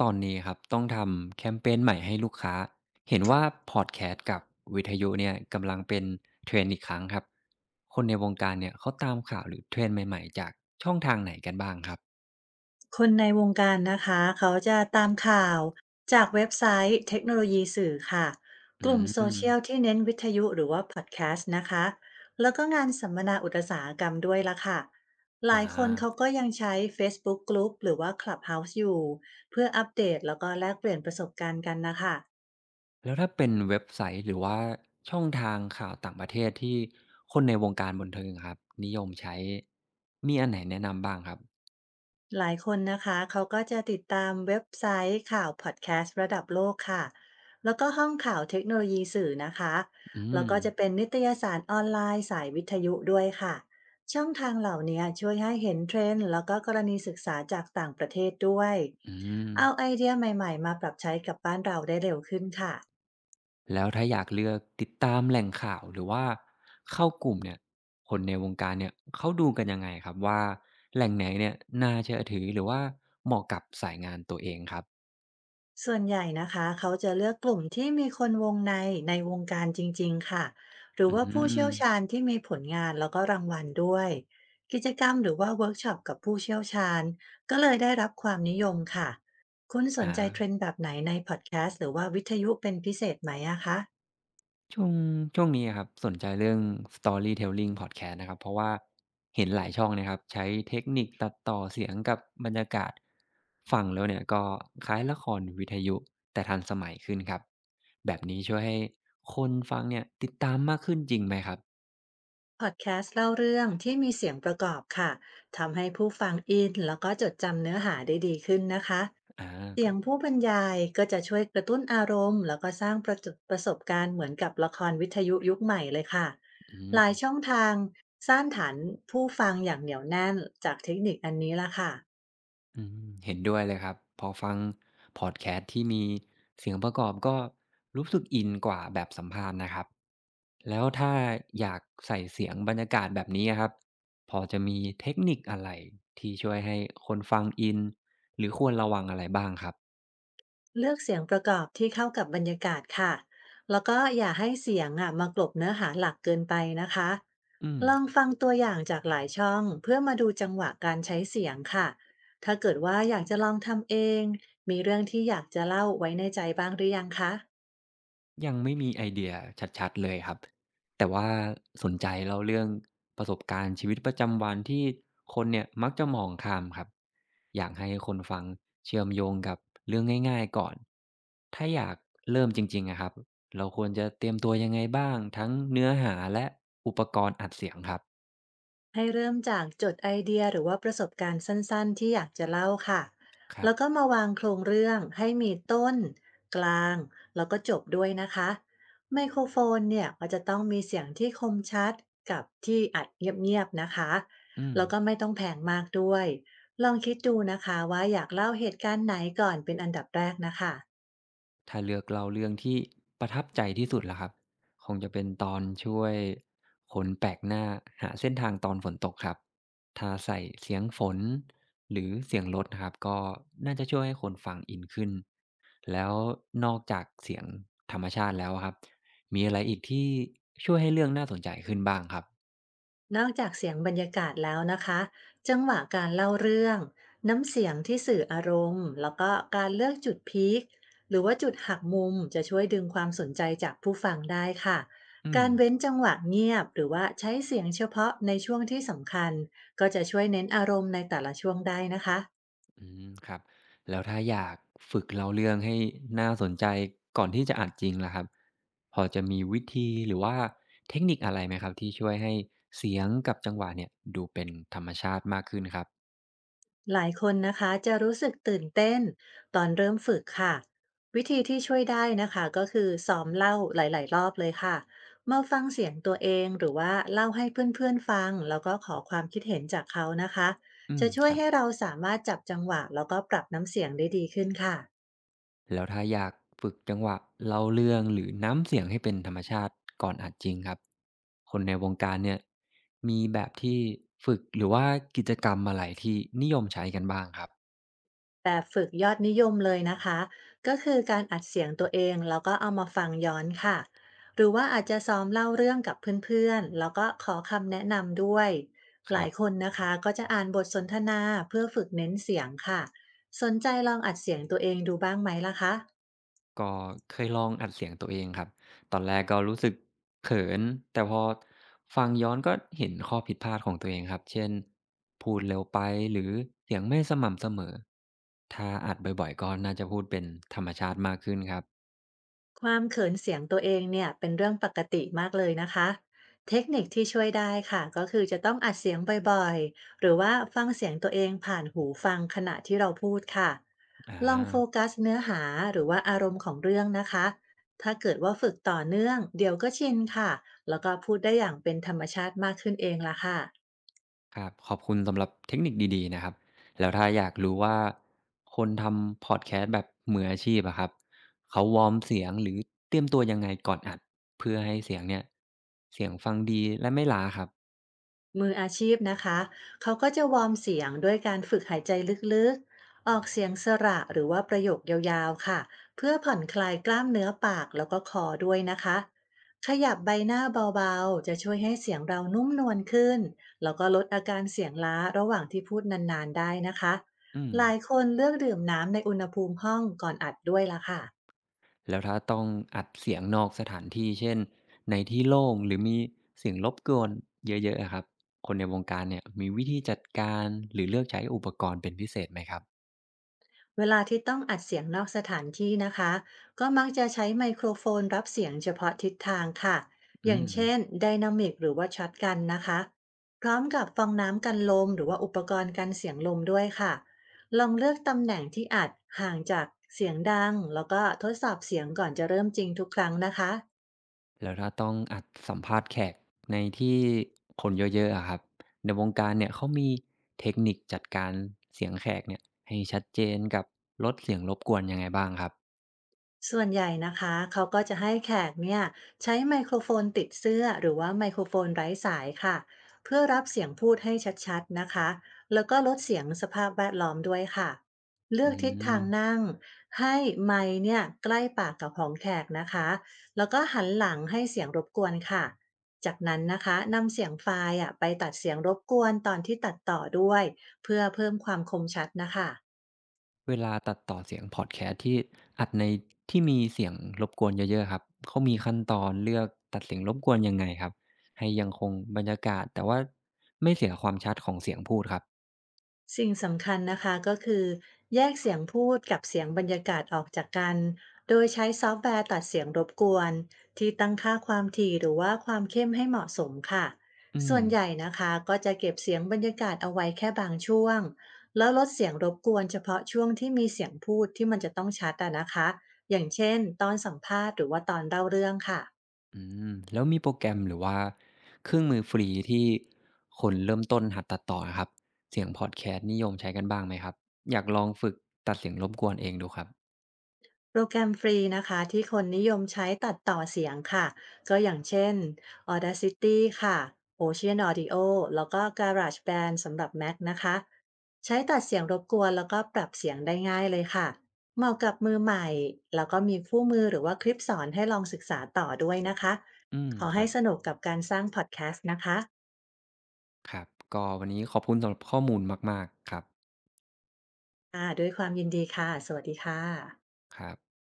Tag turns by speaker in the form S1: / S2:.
S1: ตอนนี้ครับต้องทำแคมเปญใหม่ให้ลูกค้าเห็นว่าพอดแคสต์กับวิทยุเนี่ยกำลังเป็นเทรนด์อีกครั้งครับคนในวงการเนี่ยเขาตามข่าวหรือเทรนด์ใหม่ๆจากช่องทางไหนกันบ้างครับ
S2: คนในวงการนะคะเขาจะตามข่าวจากเว็บไซต์เทคโนโลยีสื่อค่ะ
S1: อื
S2: กลุ่มโซ
S1: ม
S2: เชียลที่เน้นวิทยุหรือว่าพอดแคสต์นะคะแล้วก็งานสัมมนาอุตสาหกรรมด้วยละค่ะห
S1: อ่า
S2: ลายคนเขาก็ยังใช้ Facebook Group หรือว่า Clubhouse อยู่เพื่ออัปเดตแล้วก็แลกเปลี่ยนประสบการณ์กันนะคะ
S1: แล้วถ้าเป็นเว็บไซต์หรือว่าช่องทางข่าวต่างประเทศที่คนในวงการบันเทิงครับนิยมใช้มีอันไหนแนะนำบ้างครับ
S2: หลายคนนะคะเขาก็จะติดตามเว็บไซต์ข่าวพอดแคสต์ระดับโลกค่ะแล้วก็ห้องข่าวเทคโนโลยีสื่อนะคะ
S1: อื
S2: แล้ว
S1: ม
S2: ก็จะเป็นนิตยสารออนไลน์สายวิทยุด้วยค่ะช่องทางเหล่านี้ช่วยให้เห็นเทรนด์แล้วก็กรณีศึกษาจากต่างประเทศด้วย
S1: อืม
S2: เอาไอเดียใหม่ๆมาปรับใช้กับบ้านเราได้เร็วขึ้นค่ะ
S1: แล้วถ้าอยากเลือกติดตามแหล่งข่าวหรือว่าเข้ากลุ่มเนี่ยคนในวงการเนี่ยเขาดูกันยังไงครับว่าแหล่งไหนเนี่ยน่าเชื่อถือหรือว่าเหมาะกับสายงานตัวเองครับ
S2: ส่วนใหญ่นะคะเขาจะเลือกกลุ่มที่มีคนวงในในวงการจริงๆค่ะหรื
S1: อื
S2: อว่าผู้เชี่
S1: ม
S2: ยวชาญที่มีผลงานแล้วก็รางวัลด้วยกิจกรรมหรือว่าเวิร์กช็อปกับผู้เชี่ยวชาญก็เลยได้รับความนิยมค่ะคุณสน
S1: อา
S2: ใจเทรนด์แบบไหนในพอดแคสต์หรือว่าวิทยุเป็นพิเศษไหมอะคะ
S1: ช่วงช่วงนี้อะครับสนใจเรื่อง Storytelling Podcast นะครับเพราะว่าเห็นหลายช่องนะครับใช้เทคนิคตัดต่อเสียงกับบรรยากาศฟังแล้วเนี่ยก็คล้ายละครวิทยุแต่ทันสมัยขึ้นครับแบบนี้ช่วยให้คนฟังเนี่ยติดตามมากขึ้นจริงไหมครับ
S2: พอดแคสต์เล่าเรื่องที่มีเสียงประกอบค่ะทำให้ผู้ฟังอินแล้วก็จดจำเนื้อหาได้ดีขึ้นนะคะ
S1: อาค
S2: เสี
S1: รั
S2: ยง
S1: บ
S2: ผู้บรรยายก็จะช่วยกระตุ้นอารมณ์แล้วก็สร้างประจประสบการณ์เหมือนกับละครวิทยุยุคใหม่เลยค่ะ
S1: อื
S2: หลายช่อ
S1: ม
S2: งทางสร้างฐานผู้ฟังอย่างเหนียวแน่นจากเทคนิคอันนี้ละค่ะ
S1: อืเห็นด้วยเลยครับพอฟังพอดแคสต์ที่มีเสียงประกอบก็รู้สึกอินกว่าแบบสัมภาษณ์นะครับแล้วถ้าอยากใส่เสียงบรรยากาศแบบนี้ครับพอจะมีเทคนิคอะไรที่ช่วยให้คนฟังอินหรือควรระวังอะไรบ้างครับ
S2: เลือกเสียงประกอบที่เข้ากับบรรยากาศค่ะ แล้วก็อย่าให้เสียงอ่ะมากลบเนื้อหาหลักเกินไปนะคะ
S1: อืม
S2: ลองฟังตัวอย่างจากหลายช่องเพื่อมาดูจังหวะการใช้เสียงค่ะ ถ้าเกิดว่าอยากจะลองทำเอง มีเรื่องที่อยากจะเล่าไว้ในใจบ้างหรือยังคะ
S1: ยังไม่มีไอเดียชัดๆเลยครับแต่ว่าสนใจเล่าเรื่องประสบการณ์ชีวิตประจำวันที่คนเนี่ยมักจะมองข้ามครับอยากให้คนฟังเชื่อมโยงกับเรื่องง่ายๆก่อนถ้าอยากเริ่มจริงๆอะครับเราควรจะเตรียมตัวยังไงบ้างทั้งเนื้อหาและอุปกรณ์อัดเสียงครับ
S2: ให้เริ่มจากจดไอเดียหรือว่าประสบการณ์สั้นๆที่อยากจะเล่าค่ะ
S1: ครับ
S2: แล้วก็มาวางโครงเรื่องให้มีต้นกลางแล้วก็จบด้วยนะคะไมโครโฟนเนี่ยก็จะต้องมีเสียงที่คมชัดกับที่อัดเงียบๆนะคะ
S1: อืม
S2: แล้วก็ไม่ต้องแพงมากด้วยลองคิดดูนะคะว่าอยากเล่าเหตุการณ์ไหนก่อนเป็นอันดับแรกนะคะ
S1: ถ้าเลือกเล่าเรื่องที่ประทับใจที่สุดล่ะครับคงจะเป็นตอนช่วยคนแปลกหน้าหาเส้นทางตอนฝนตกครับถ้าใส่เสียงฝนหรือเสียงรถนะครับก็น่าจะช่วยให้คนฟังอินขึ้นแล้วนอกจากเสียงธรรมชาติแล้วอะครับมีอะไรอีกที่ช่วยให้เรื่องน่าสนใจขึ้นบ้างครับ
S2: นอกจากเสียงบรรยากาศแล้วนะคะจังหวะการเล่าเรื่อง น้ำเสียงที่สื่ออารมณ์แล้วก็การเลือกจุดพีคหรือว่าจุดหักมุมจะช่วยดึงความสนใจจากผู้ฟังได้ค่ะ
S1: อืม
S2: การเว้นจังหวะเงียบหรือว่าใช้เสียงเฉพาะในช่วงที่สำคัญก็จะช่วยเน้นอารมณ์ในแต่ละช่วงได้นะคะ
S1: อืมครับแล้วถ้าอยากฝึกเล่าเรื่องให้น่าสนใจก่อนที่จะอ่านจริงล่ะครับพอจะมีวิธีหรือว่าเทคนิคอะไรไหมครับที่ช่วยให้เสียงกับจังหวะเนี่ยดูเป็นธรรมชาติมากขึ้นครับ
S2: หลายคนนะคะจะรู้สึกตื่นเต้นตอนเริ่มฝึกค่ะวิธีที่ช่วยได้นะคะก็คือซ้อมเล่าหลายๆรอบเลยค่ะมาฟังเสียงตัวเองหรือว่าเล่าให้เพื่อนๆฟังแล้วก็ขอความคิดเห็นจากเขานะคะ
S1: อืม
S2: จะช่
S1: ค
S2: วย
S1: รับ
S2: ให้เราสามารถจับจังหวะแล้วก็ปรับน้ำเสียงได้ดีขึ้นค่ะ
S1: แล้วถ้าอยากฝึกจังหวะเล่าเรื่องหรือน้ำเสียงให้เป็นธรรมชาติก่อนอ่านจริงครับคนในวงการเนี่ยมีแบบที่ฝึกหรือว่ากิจกรรมอะไรที่นิยมใช้กันบ้างครับ
S2: แบบฝึกยอดนิยมเลยนะคะก็คือการอัดเสียงตัวเองแล้วก็เอามาฟังย้อนค่ะหรือว่าอาจจะซ้อมเล่าเรื่องกับเพื่อนๆแล้วก็ขอคำแนะนำด้วย
S1: ค
S2: หลา
S1: รั
S2: ย
S1: บ
S2: คนนะคะก็จะอ่านบทสนทนาเพื่อฝึกเน้นเสียงค่ะสนใจลองอัดเสียงตัวเองดูบ้างไหมล่ะคะ
S1: ก็เคยลองอัดเสียงตัวเองครับตอนแรกก็รู้สึกเขินแต่พอฟังย้อนก็เห็นข้อผิดพลาดของตัวเองครับเช่นพูดเร็วไปหรือเสียงไม่สม่ำเสมอถ้าอัดบ่อยๆก็น่าจะพูดเป็นธรรมชาติมากขึ้นครับ
S2: ความเขินเสียงตัวเองเนี่ยเป็นเรื่องปกติมากเลยนะคะเทคนิคที่ช่วยได้ค่ะก็คือจะต้องอัดเสียงบ่อยๆหรือว่าฟังเสียงตัวเองผ่านหูฟังขณะที่เราพูดค่ะ
S1: อ่า
S2: ลองโฟกัสเนื้อหาหรือว่าอารมณ์ของเรื่องนะคะถ้าเกิดว่าฝึกต่อเนื่องเดี๋ยวก็ชินค่ะแล้วก็พูดได้อย่างเป็นธรรมชาติมากขึ้นเองละค่ะ
S1: ครับขอบคุณสำหรับเทคนิคดีๆนะครับแล้วถ้าอยากรู้ว่าคนทำพอดแคสต์แบบมืออาชีพอะครับเขาวอร์มเสียงหรือเตรียมตัวยังไงก่อนอัดเพื่อให้เสียงเนี่ยเสียงฟังดีและไม่ล้าครับ
S2: มืออาชีพนะคะ เขาก็จะวอร์มเสียงด้วยการฝึกหายใจลึกๆ ออกเสียงสระหรือว่าประโยคยาวๆ ค่ะเพื่อผ่อนคลายกล้ามเนื้อปากแล้วก็คอด้วยนะคะ ขยับใบหน้าเบาๆ จะช่วยให้เสียงเรานุ่มนวลขึ้น แล้วก็ลดอาการเสียงล้าระหว่างที่พูดนานๆได้นะคะ
S1: อืม
S2: หลายคนเลือกดื่มน้ำในอุณหภูมิห้องก่อนอัดด้วยล่ะค่ะ
S1: แล้วถ้าต้องอัดเสียงนอกสถานที่เช่นในที่โล่งหรือมีเสียงรบกวนเยอะๆอะครับคนในวงการเนี่ยมีวิธีจัดการหรือเลือกใช้อุปกรณ์เป็นพิเศษไหมครับ
S2: เวลาที่ต้องอัดเสียงนอกสถานที่นะคะก็มักจะใช้ไมโครโฟนรับเสียงเฉพาะทิศทางค่ะอ
S1: อื
S2: ย่าง
S1: ม
S2: เช่นไดนามิกหรือว่าช็อตกันนะคะพร้อมกับฟองน้ำกันลมหรือว่าอุปกรณ์กันเสียงลมด้วยค่ะลองเลือกตำแหน่งที่อัดห่างจากเสียงดังแล้วก็ทดสอบเสียงก่อนจะเริ่มจริงทุกครั้งนะคะ
S1: แล้วถ้าต้องอัดสัมภาษณ์แขกในที่คนเยอะๆอะครับในวงการเนี่ยเขามีเทคนิคจัดการเสียงแขกเนี่ยให้ชัดเจนกับลดเสียงรบกวนยังไงบ้างครับ
S2: ส่วนใหญ่นะคะเขาก็จะให้แขกเนี่ยใช้ไมโครโฟนติดเสื้อหรือว่าไมโครโฟนไร้สายค่ะเพื่อรับเสียงพูดให้ชัดๆนะคะแล้วก็ลดเสียงสภาพแวดล้อมด้วยค่ะเลื
S1: อื
S2: อกทิศทา
S1: ม
S2: งนั่งให้ไมค์เนี่ยใกล้ปากกับของแขกนะคะแล้วก็หันหลังให้เสียงรบกวนค่ะจากนั้นนะคะนำเสียงไฟล์อะไปตัดเสียงรบกวนตอนที่ตัดต่อด้วยเพื่อเพิ่มความคมชัดนะคะ
S1: เวลาตัดต่อเสียงพอดแคสต์ที่อัดในที่มีเสียงรบกวนเยอะๆครับเขามีขั้นตอนเลือกตัดเสียงรบกวนยังไงครับให้ยังคงบรรยากาศแต่ว่าไม่เสียความชัดของเสียงพูดครับ
S2: สิ่งสำคัญนะคะก็คือแยกเสียงพูดกับเสียงบรรยากาศออกจากกันโดยใช้ซอฟต์แวร์ตัดเสียงรบกวนที่ตั้งค่าความถี่หรือว่าความเข้มให้เหมาะสมค่ะ
S1: อื
S2: ส่
S1: ม
S2: วนใหญ่นะคะก็จะเก็บเสียงบรรยากาศเอาไว้แค่บางช่วงแล้วลดเสียงรบกวนเฉพาะช่วงที่มีเสียงพูดที่มันจะต้องชัดอะนะคะอย่างเช่นตอนสัมภาษณ์หรือว่าตอนเล่าเรื่องค่ะ
S1: อืแล้วมีโปรแกรมหรือว่าเครื่องมือฟรีที่คนเริ่มต้นหัดตัดต่ออะครับเสียงพอดแคสต์นิยมใช้กันบ้างไหมครับอยากลองฝึกตัดเสียงรบกวนเองดูครับ
S2: โปรแกรมฟรีนะคะที่คนนิยมใช้ตัดต่อเสียงค่ะก็อย่างเช่น Audacity ค่ะ Ocean Audio แล้วก็ GarageBand สำหรับ Mac นะคะใช้ตัดเสียงรบกวนแล้วก็ปรับเสียงได้ง่ายเลยค่ะเหมาะกับมือใหม่แล้วก็มีคู่มือหรือว่าคลิปสอนให้ลองศึกษาต่อด้วยนะคะ
S1: อืม
S2: ขอ
S1: ครั
S2: ให้
S1: บ
S2: สนุกกับการสร้างพอดแคสต์นะคะ
S1: ครับก็วันนี้ขอบคุณสำหรับข้อมูลมากๆครับ
S2: ด้วยความยินดีค่ะสวัสดีค่ะ
S1: ครับ